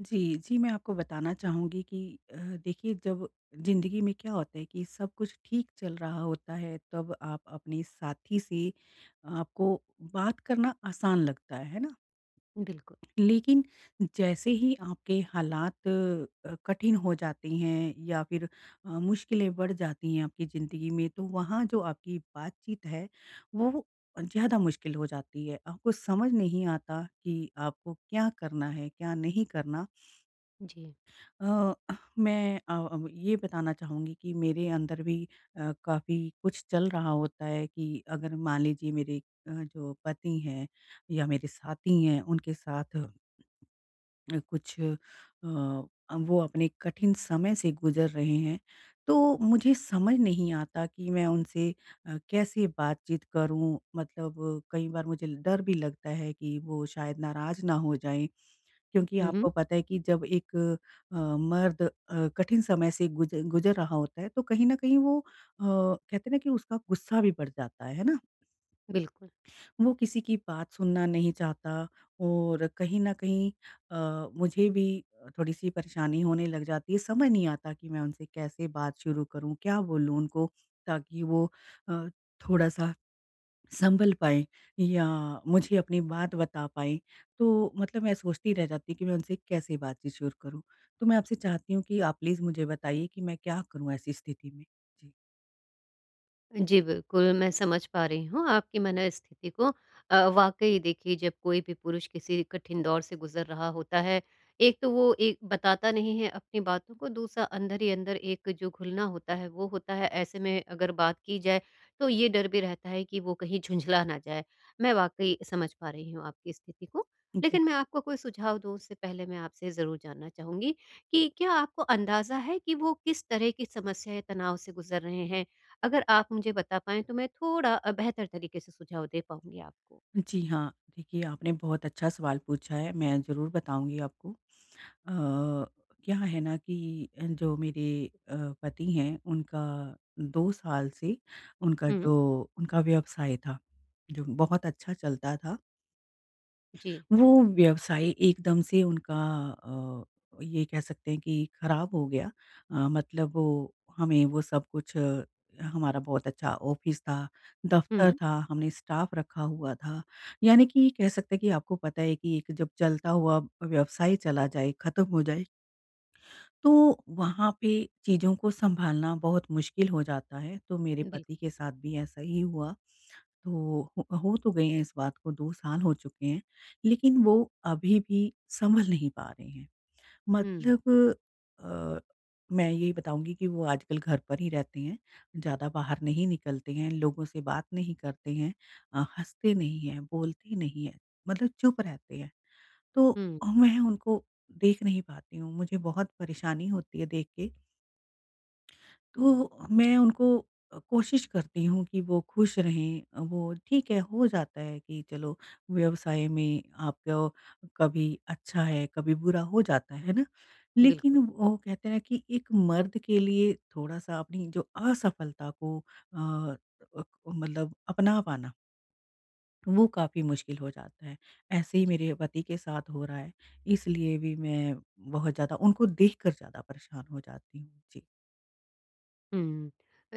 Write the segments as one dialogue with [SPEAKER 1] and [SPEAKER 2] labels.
[SPEAKER 1] जी, जी, मैं आपको बताना चाहूँगी कि अ, देखिए जब ज़िंदगी में क्या होता है कि सब कुछ ठीक चल रहा होता है तब आप अपने साथी से आपको बात करना आसान लगता है ना?
[SPEAKER 2] बिल्कुल,
[SPEAKER 1] लेकिन जैसे ही आपके हालात कठिन हो जाते हैं या फिर मुश्किलें बढ़ जाती हैं आपकी ज़िंदगी में तो वहाँ जो आपकी बातचीत है वो ज़्यादा मुश्किल हो जाती है। आपको समझ नहीं आता कि आपको क्या करना है, क्या नहीं करना।
[SPEAKER 2] जी।
[SPEAKER 1] अ, मैं अब ये बताना चाहूँगी कि मेरे अंदर भी काफ़ी कुछ चल रहा होता है कि अगर मान लीजिए मेरे जो पति हैं या मेरे साथी हैं उनके साथ कुछ वो अपने कठिन समय से गुजर रहे हैं तो मुझे समझ नहीं आता कि मैं उनसे कैसे बातचीत करूं मतलब कई बार मुझे डर भी लगता है कि वो शायद नाराज़ ना हो जाएं क्योंकि
[SPEAKER 2] हुँ, हुँ,
[SPEAKER 1] आपको पता है कि जब एक मर्द कठिन समय से गुज़र रहा होता है, तो कहीं न कहीं वो कहते हैं ना कि उसका गुस्सा भी बढ़ जाता है ना?
[SPEAKER 2] बिल्कुल।
[SPEAKER 1] वो किसी की बात सुनना नहीं चाहता और कहीं न कहीं मुझे भी थोड़ी-सी परेशानी होने लग जाती है। समझ नहीं आता कि मैं उनसे कैसे बात शुरू करूँ, क्या बोलूँ उनको ताकि वो अ, थोड़ा-सा संभल पाएँ या मुझे अपनी बात बता पाएँ, तो मतलब मैं सोचती रह जाती कि मैं उनसे कैसे बातचीत शुरू करूँ? तो मैं आपसे चाहती हूँ कि आप प्लीज़ मुझे बताइए कि मैं क्या करूँ ऐसी स्थिति में? जी।
[SPEAKER 2] जी, बिल्कुल, मैं समझ पा रही हूँ आपकी मनःस्थिति को। वाक़ई देखिए, जब कोई भी पुरुष किसी कठिन दौर से गुज़र रहा होता है, एक तो वो एक बताता नहीं है अपनी बातों को, दूसरा अंदर ही अंदर एक जो घुलना होता है वो होता है। ऐसे में अगर बात की जाए तो ये डर भी रहता है कि वो कहीं झुंझला ना जाए। मैं वाक़ई समझ पा रही हूँ आपकी स्थिति को।
[SPEAKER 1] जी।
[SPEAKER 2] लेकिन मैं आपको कोई सुझाव दूँ उससे पहले मैं आपसे ज़रूर जानना चाहूँगी कि क्या आपको अंदाज़ा है कि वो किस तरह की समस्या या तनाव से गुज़र रहे हैं? अगर आप मुझे बता पाएँ तो मैं थोड़ा बेहतर तरीके से सुझाव दे पाऊँगी आपको।
[SPEAKER 1] जी हाँ, देखिए आपने बहुत अच्छा सवाल पूछा है, मैं ज़रूर बताऊँगी आपको। अ, क्या है ना कि जो मेरे अ, पति हैं उनका 2 साल से उनका
[SPEAKER 2] हुँ,
[SPEAKER 1] जो उनका व्यवसाय था, जो बहुत अच्छा चलता था।
[SPEAKER 2] जी।
[SPEAKER 1] वो व्यवसाय एकदम से उनका ये कह सकते हैं कि खराब हो गया। मतलब वो हमें वो सब कुछ हमारा बहुत अच्छा ऑफिस था, दफ्तर
[SPEAKER 2] हुँ,
[SPEAKER 1] था, हमने स्टाफ रखा हुआ था। यानी कि ये कह सकते हैं कि आपको पता है कि एक जब चलता हुआ व्यवसाय चला जाए, खत्म हो जाए, तो वहाँ पे चीज़ों को सँभालना बहुत मुश्किल हो जाता है। तो मेरे
[SPEAKER 2] बिल्कुल।
[SPEAKER 1] पति के साथ भी ऐसा ही हुआ। तो हो तो गए हैं, इस बात को 2 साल हो चुके हैं, लेकिन वो अभी भी सँभल नहीं पा रहे हैं।
[SPEAKER 2] हुँ,
[SPEAKER 1] मतलब अ, मैं यही बताऊँगी कि वो आजकल घर पर ही रहते हैं, ज़्यादा बाहर नहीं निकलते हैं, लोगों से बात नहीं करते हैं, हँसते नहीं हैं, बोलते नहीं हैं, मतलब चुप रहते हैं। तो
[SPEAKER 2] हुँ,
[SPEAKER 1] मैं उनको देख नहीं पाती हूँ, मुझे बहुत परेशानी होती है देख के। तो मैं उनको कोशिश करती हूँ कि वो खुश रहें। वो ठीक है, हो जाता है कि चलो व्यवसाय में आपको कभी अच्छा है कभी बुरा हो जाता है ना, लेकिन
[SPEAKER 2] बिल्कुल।
[SPEAKER 1] वो कहते हैं कि एक मर्द के लिए थोड़ा सा अपनी जो असफलता को अ, मतलब अपना पाना वो काफ़ी मुश्किल हो जाता है। ऐसे ही
[SPEAKER 2] जी।
[SPEAKER 1] मेरे पति के साथ हो रहा है, इसलिए भी मैं बहुत ज़्यादा उनको देख कर ज़्यादा परेशान हो जाती हूँ।
[SPEAKER 2] हुँ।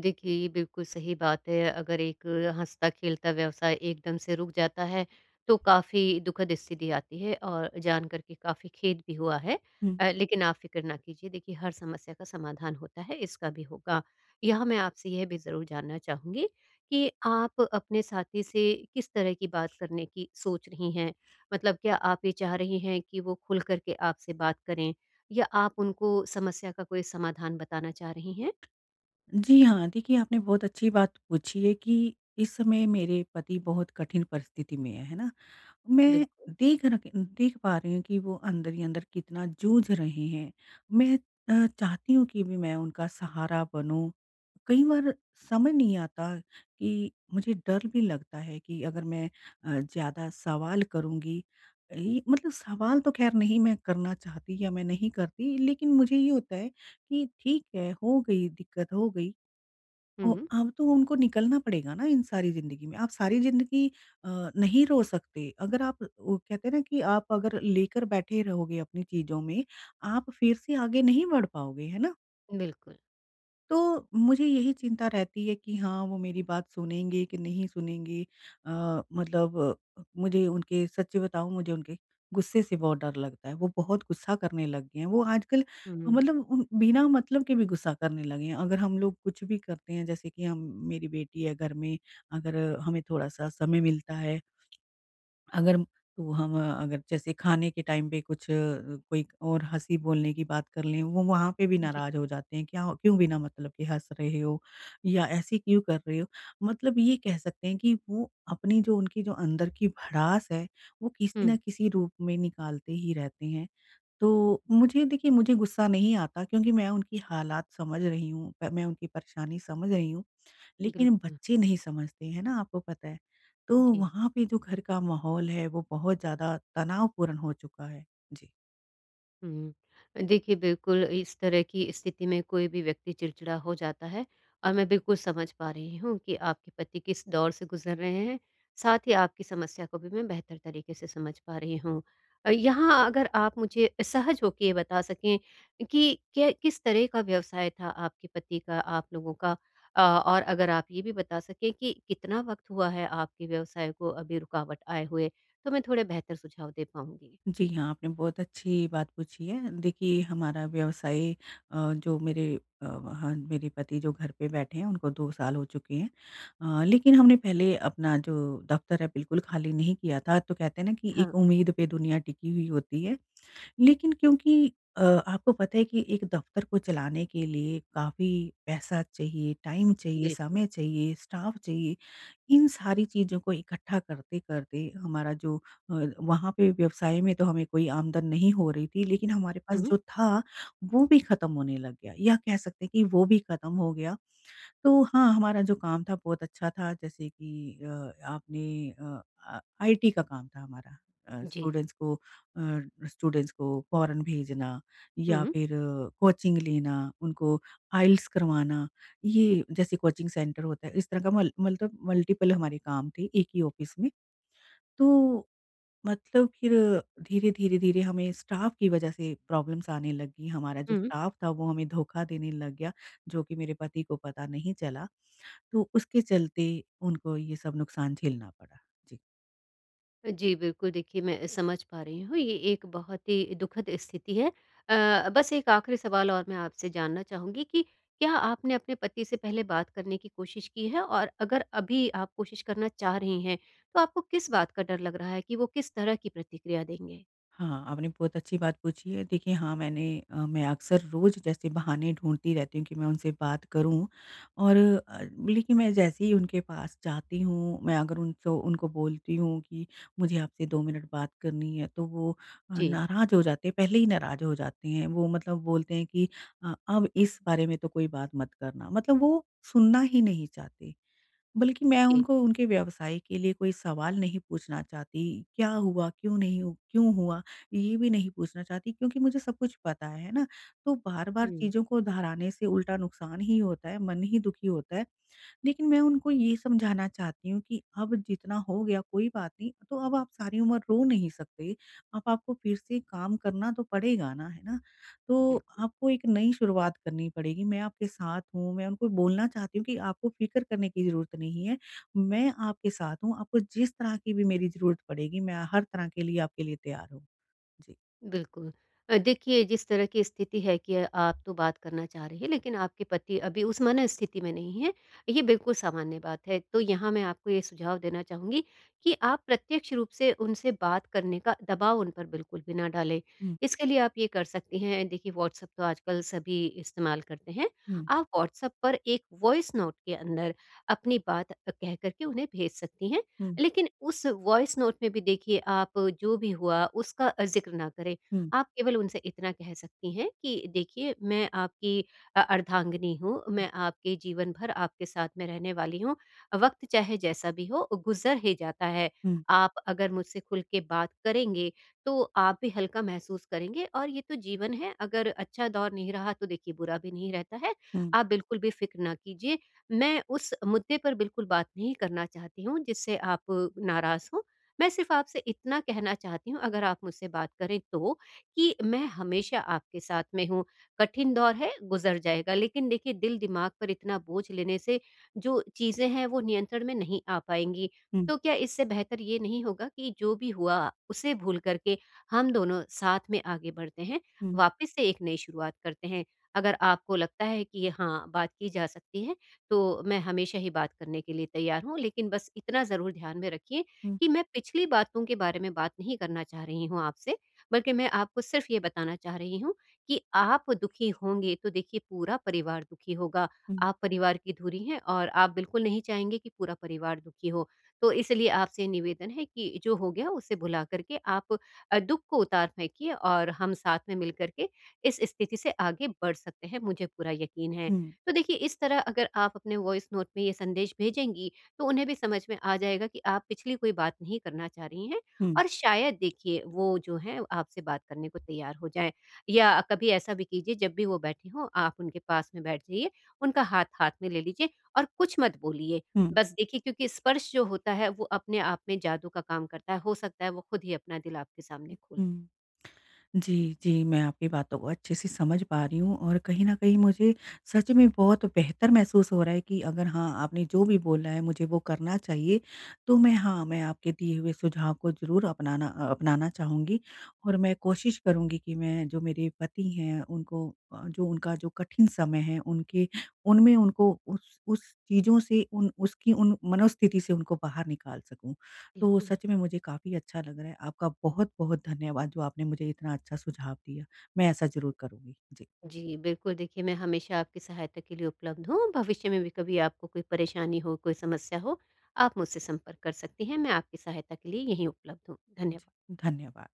[SPEAKER 2] देखिए, ये बिल्कुल सही बात है। अगर एक हँसता-खेलता व्यवसाय एकदम से रुक जाता है, तो काफ़ी दुखद स्थिति आती है और जानकर के काफ़ी खेद भी हुआ है।
[SPEAKER 1] जी।
[SPEAKER 2] लेकिन आप फ़िक्र ना कीजिए, देखिए हर समस्या का समाधान होता है, इसका भी होगा। यहाँ मैं आपसे यह भी ज़रूर जानना चाहूँगी कि आप अपने साथी से किस तरह की बात करने की सोच रही हैं? मतलब क्या आप ये चाह रही हैं कि वो खुल कर के आपसे बात करें, या आप उनको समस्या का कोई समाधान बताना चाह रही हैं?
[SPEAKER 1] जी हाँ, देखिए आपने बहुत अच्छी बात पूछी है कि इस समय मेरे पति बहुत कठिन परिस्थिति में है ना? मैं
[SPEAKER 2] बिल्कुल।
[SPEAKER 1] देख पा रही हूँ कि वो अंदर ही अंदर कितना जूझ रहे हैं। मैं चाहती हूँ कि भी मैं उनका सहारा बनूँ। कई बार समझ नहीं आता कि मुझे डर भी लगता है कि अगर मैं ज़्यादा सवाल करूँगी। ये मतलब सवाल तो ख़ैर नहीं मैं करना चाहती या मैं नहीं करती, लेकिन मुझे ये होता है कि ठीक है, हो गई दिक्कत हो गई, ओ,
[SPEAKER 2] हुँ,
[SPEAKER 1] अब तो उनको निकलना पड़ेगा ना इन सारी ज़िंदगी में। आप सारी ज़िंदगी अ, नहीं रो सकते। अगर आप वो कहते हैं ना कि आप अगर लेकर बैठे रहोगे अपनी चीज़ों में, आप फिर से आगे नहीं बढ़ पाओगे, है ना?
[SPEAKER 2] बिल्कुल।
[SPEAKER 1] तो मुझे यही चिंता रहती है कि हाँ, वो मेरी बात सुनेंगे कि नहीं सुनेंगे। अ, मतलब मुझे उनके सच बताऊँ, मुझे उनके गुस्से से बहुत डर लगता है। वो बहुत गुस्सा करने लग गए हैं। वो आजकल
[SPEAKER 2] हुँ,
[SPEAKER 1] मतलब उन बिना मतलब के भी गुस्सा करने लगे हैं। अगर हम लोग कुछ भी करते हैं, जैसे कि हम, मेरी बेटी है घर में, अगर हमें थोड़ा-सा समय मिलता है, अगर तो हम अगर जैसे खाने के टाइम पे कुछ कोई और हँसी बोलने की बात कर लें, वो वहाँ पे भी
[SPEAKER 2] जी।
[SPEAKER 1] नाराज़ हो जाते हैं, क्या क्यों बिना मतलब के हँस रहे हो या ऐसे क्यों कर रहे हो? मतलब ये कह सकते हैं कि वो अपनी जो उनकी जो अंदर की भड़ास है, वो किसी न
[SPEAKER 2] हुँ,
[SPEAKER 1] किसी रूप में निकालते ही रहते हैं। तो मुझे, देखिए मुझे गुस्सा नहीं आता क्योंकि मैं उनकी हालात समझ रही हूँ, प मैं उनकी परेशानी समझ रही हूँ। लेकिन
[SPEAKER 2] बिल्कुल।
[SPEAKER 1] बच्चे नहीं समझते, है ना? आपको पता है। तो
[SPEAKER 2] जी।
[SPEAKER 1] वहाँ पे जो घर का माहौल है वो बहुत ज़्यादा तनावपूर्ण हो चुका है। जी।
[SPEAKER 2] हुँ। देखिए, बिल्कुल इस तरह की स्थिति में कोई भी व्यक्ति चिड़चिड़ा हो जाता है, और मैं बिल्कुल समझ पा रही हूँ कि आपके पति किस दौर से गुज़र रहे हैं। साथ ही आपकी समस्या को भी मैं बेहतर तरीके से समझ पा रही हूँ। यहाँ अगर आप मुझे सहज होके ये बता सकें कि क्या, किस तरह का व्यवसाय था आपके पति का, आप लोगों का? और अगर आप ये भी बता सकें कि कितना वक़्त हुआ है आपके व्यवसाय को अभी रुकावट आए हुए? तो मैं थोड़े बेहतर सुझाव दे पाऊँगी।
[SPEAKER 1] जी हाँ, आपने बहुत अच्छी बात पूछी है। देखिए हमारा व्यवसाय, अ, जो मेरे हाँ, मेरे पति जो घर पे बैठे हैं उनको 2 साल हो चुके हैं। लेकिन हमने पहले अपना जो दफ्तर है बिल्कुल खाली नहीं किया था। तो कहते हैं ना कि
[SPEAKER 2] हाँ,
[SPEAKER 1] एक उम्मीद पे दुनिया टिकी हुई होती है। लेकिन क्योंकि अ, आपको पता है कि एक दफ्तर को चलाने के लिए काफ़ी पैसा चाहिए, टाइम चाहिए,
[SPEAKER 2] बिल्कुल।
[SPEAKER 1] समय चाहिए, स्टाफ चाहिए। इन सारी चीज़ों को इकट्ठा करते-करते हमारा जो वहाँ पे व्यवसाय में तो हमें कोई आमदन नहीं हो रही थी, लेकिन हमारे पास
[SPEAKER 2] हुँ।
[SPEAKER 1] जो था, वो भी ख़त्म होने लग गया, या कह सकते हैं कि वो भी ख़त्म हो गया। तो हाँ, हमारा जो काम था बहुत अच्छा था, जैसे कि आपने अ, आईटी का काम था हमारा। अ,
[SPEAKER 2] जी।
[SPEAKER 1] स्टूडेंट्स को अ, स्टूडेंट्स को फ़ॉरेन भेजना या
[SPEAKER 2] हुँ,
[SPEAKER 1] फिर कोचिंग लेना, उनको आइल्स करवाना, ये जैसे कोचिंग सेंटर होता है, इस तरह का मल मतलब मल्टीपल हमारे काम थे एक ही ऑफ़िस में। तो मतलब फिर धीरे, धीरे, धीरे हमें स्टाफ़ की वज़ह से प्रॉब्लम्स आने लगी। हमारा जो
[SPEAKER 2] हुँ।
[SPEAKER 1] स्टाफ़ था वो हमें धोखा देने लग गया, जो कि मेरे पति को पता नहीं चला। तो उसके चलते उनको ये सब नुकसान झेलना पड़ा। जी।
[SPEAKER 2] जी, बिल्कुल, देखिए मैं समझ पा रही हूँ, ये एक बहुत ही दुखद स्थिति है। बस एक आखिरी सवाल, और मैं आपसे जानना चाहूँगी कि क्या आपने अपने पति से पहले बात करने की कोशिश की है? और अगर अभी आप कोशिश करना चाह रही हैं, तो आपको किस बात का डर लग रहा है कि वो किस तरह की प्रतिक्रिया देंगे?
[SPEAKER 1] हाँ, आपने बहुत अच्छी बात पूछी है। देखिए हाँ, मैंने मैं अक्सर रोज़ जैसे बहाने ढूँढती रहती हूँ कि मैं उनसे बात करूँ और अ, लेकिन मैं जैसे ही उनके पास जाती हूँ, मैं अगर उनसो उनको बोलती हूँ कि मुझे आपसे 2 मिनट बात करनी है, तो वो
[SPEAKER 2] जी,
[SPEAKER 1] नाराज़ हो जाते हैं, पहले ही नाराज़ हो जाते हैं। वो मतलब बोलते हैं कि अब इस बारे में तो कोई बात मत करना। मतलब वो सुनना ही नहीं चाहते। बल्कि मैं
[SPEAKER 2] जी।
[SPEAKER 1] उनको उनके व्यवसाय के लिए कोई सवाल नहीं पूछना चाहती, क्या हुआ? क्यों हुआ? ये भी नहीं पूछना चाहती क्योंकि मुझे सब कुछ पता है ना? तो बार-बार
[SPEAKER 2] हुँ,
[SPEAKER 1] चीज़ों को दोहराने से उल्टा नुकसान ही होता है, मन ही दुखी होता है। लेकिन मैं उनको ये समझाना चाहती हूँ कि अब जितना हो गया कोई बात नहीं, तो अब आप सारी उम्र रो नहीं सकते। अब आपको फिर से काम करना तो पड़ेगा ना, है ना? तो
[SPEAKER 2] बिल्कुल।
[SPEAKER 1] आपको एक नई शुरुआत करनी पड़ेगी, मैं आपके साथ हूँ। मैं उनको बोलना चाहती हूँ कि आपको फ़िक्र करने की ज़रूरत नहीं है, मैं आपके साथ हूँ, आपको जिस तरह की भी मेरी ज़रूरत पड़ेगी, मैं हर तरह के लिए आपके लिए तैयार हूँ। जी।
[SPEAKER 2] बिल्कुल। देखिए, जिस तरह की स्थिति है कि आप तो बात करना चाह रहे हैं लेकिन आपके पति अभी उस मनःस्थिति में नहीं हैं, ये बिल्कुल सामान्य बात है। तो यहाँ मैं आपको ये सुझाव देना चाहूँगी कि आप प्रत्यक्ष रूप से उनसे बात करने का दबाव उन पर बिल्कुल भी ना डालें।
[SPEAKER 1] हुँ,
[SPEAKER 2] इसके लिए आप ये कर सकती हैं, देखिए व्हाट्सएप तो आजकल सभी इस्तेमाल करते हैं।
[SPEAKER 1] हुँ,
[SPEAKER 2] आप व्हाट्सएप पर एक वॉइस नोट के अंदर अपनी बात कह कर के उन्हें भेज सकती हैं।
[SPEAKER 1] हुँ,
[SPEAKER 2] लेकिन उस वॉइस नोट में भी देखिए, आप जो भी हुआ उसका ज़िक्र ना करें।
[SPEAKER 1] हुँ,
[SPEAKER 2] आप केवल उनसे इतना कह सकती हैं कि देखिए, मैं आपकी अर्धांगिनी हूँ, मैं आपके जीवन भर आपके साथ में रहने वाली हूँ। वक़्त चाहे जैसा भी हो गुज़र ही जाता है।
[SPEAKER 1] हुँ,
[SPEAKER 2] आप अगर मुझसे खुल के बात करेंगे तो आप भी हल्का महसूस करेंगे, और ये तो जीवन है, अगर अच्छा दौर नहीं रहा तो देखिए, बुरा भी नहीं रहता है।
[SPEAKER 1] हुँ,
[SPEAKER 2] आप बिल्कुल भी फ़िक्र ना कीजिए। मैं उस मुद्दे पर बिल्कुल बात नहीं करना चाहती हूँ जिससे आप नाराज़ हों। मैं सिर्फ़ आपसे इतना कहना चाहती हूँ, अगर आप मुझसे बात करें तो, कि मैं हमेशा आपके साथ में हूँ। कठिन दौर है, गुज़र जाएगा। लेकिन देखिए, दिल-दिमाग पर इतना बोझ लेने से जो चीज़ें हैं वो नियंत्रण में नहीं आ पाएँगी।
[SPEAKER 1] हुँ,
[SPEAKER 2] तो क्या इससे बेहतर ये नहीं होगा कि जो भी हुआ उसे भूल कर के हम दोनों साथ में आगे बढ़ते हैं,
[SPEAKER 1] हुँ,
[SPEAKER 2] वापस से एक नई शुरुआत करते हैं? अगर आपको लगता है कि ये, हाँ, बात की जा सकती है, तो मैं हमेशा ही बात करने के लिए तैयार हूँ। लेकिन बस इतना ज़रूर ध्यान में रखिए
[SPEAKER 1] हुँ,
[SPEAKER 2] कि मैं पिछली बातों के बारे में बात नहीं करना चाह रही हूँ आपसे, बल्कि मैं आपको सिर्फ़ ये बताना चाह रही हूँ कि आप दुखी होंगे तो देखिए, पूरा परिवार दुखी होगा।
[SPEAKER 1] हुँ,
[SPEAKER 2] आप परिवार की धुरी हैं, और आप बिल्कुल नहीं चाहेंगे कि पूरा परिवार दुखी हो। तो इसलिए आपसे निवेदन है कि जो हो गया उसे भुला करके आप दुःख को उतार फेंकिए, और हम साथ में मिल कर के इस स्थिति से आगे बढ़ सकते हैं, मुझे पूरा यकीन है। तो देखिए, इस तरह अगर आप अपने वॉइस नोट में ये संदेश भेजेंगी तो उन्हें भी समझ में आ जाएगा कि आप पिछली कोई बात नहीं करना चाह रही हैं,
[SPEAKER 1] हुँ,
[SPEAKER 2] और शायद देखिए वो जो है, आपसे बात करने को तैयार हो जाए। या कभी ऐसा भी कीजिए, जब भी वो बैठे हों आप उनके पास में बैठ जाइए, उनका हाथ हाथ में ले लीजिए, और कुछ मत बोलिए।
[SPEAKER 1] हुँ,
[SPEAKER 2] बस देखिए, क्योंकि स्पर्श जो होता है वो अपने आप में जादू का काम करता है, हो सकता है वो खुद ही अपना दिल आपके सामने खोल दे।
[SPEAKER 1] हुँ। जी, जी, मैं आपकी बातों को अच्छे से समझ पा रही हूँ और कहीं न कहीं मुझे सच में बहुत बेहतर महसूस हो रहा है कि अगर हाँ, आपने जो भी बोला है मुझे वो करना चाहिए, तो मैं हाँ, मैं आपके दिए हुए सुझाव को ज़रूर अपनाना चाहूँगी और मैं कोशिश करूँगी कि मैं जो मेरे पति हैं उनको जो उनका जो कठिन समय है उनके उनमें उनको उस चीज़ों से उन उसकी उन मनोस्थिति से उनको बाहर निकाल सकूँ। तो
[SPEAKER 2] बिल्कुल।
[SPEAKER 1] सच में मुझे काफ़ी अच्छा लग रहा है। आपका बहुत-बहुत धन्यवाद जो आपने मुझे इतना अच्छा सुझाव दिया। मैं ऐसा ज़रूर करूँगी। जी,
[SPEAKER 2] जी, बिल्कुल, देखिए मैं हमेशा आपकी सहायता के लिए उपलब्ध हूँ। भविष्य में भी कभी आपको कोई परेशानी हो, कोई समस्या हो, आप मुझसे संपर्क कर सकती हैं। मैं आपकी सहायता के लिए यहीं उपलब्ध हूँ।
[SPEAKER 1] जी,
[SPEAKER 2] धन्यवाद।
[SPEAKER 1] धन्यवाद।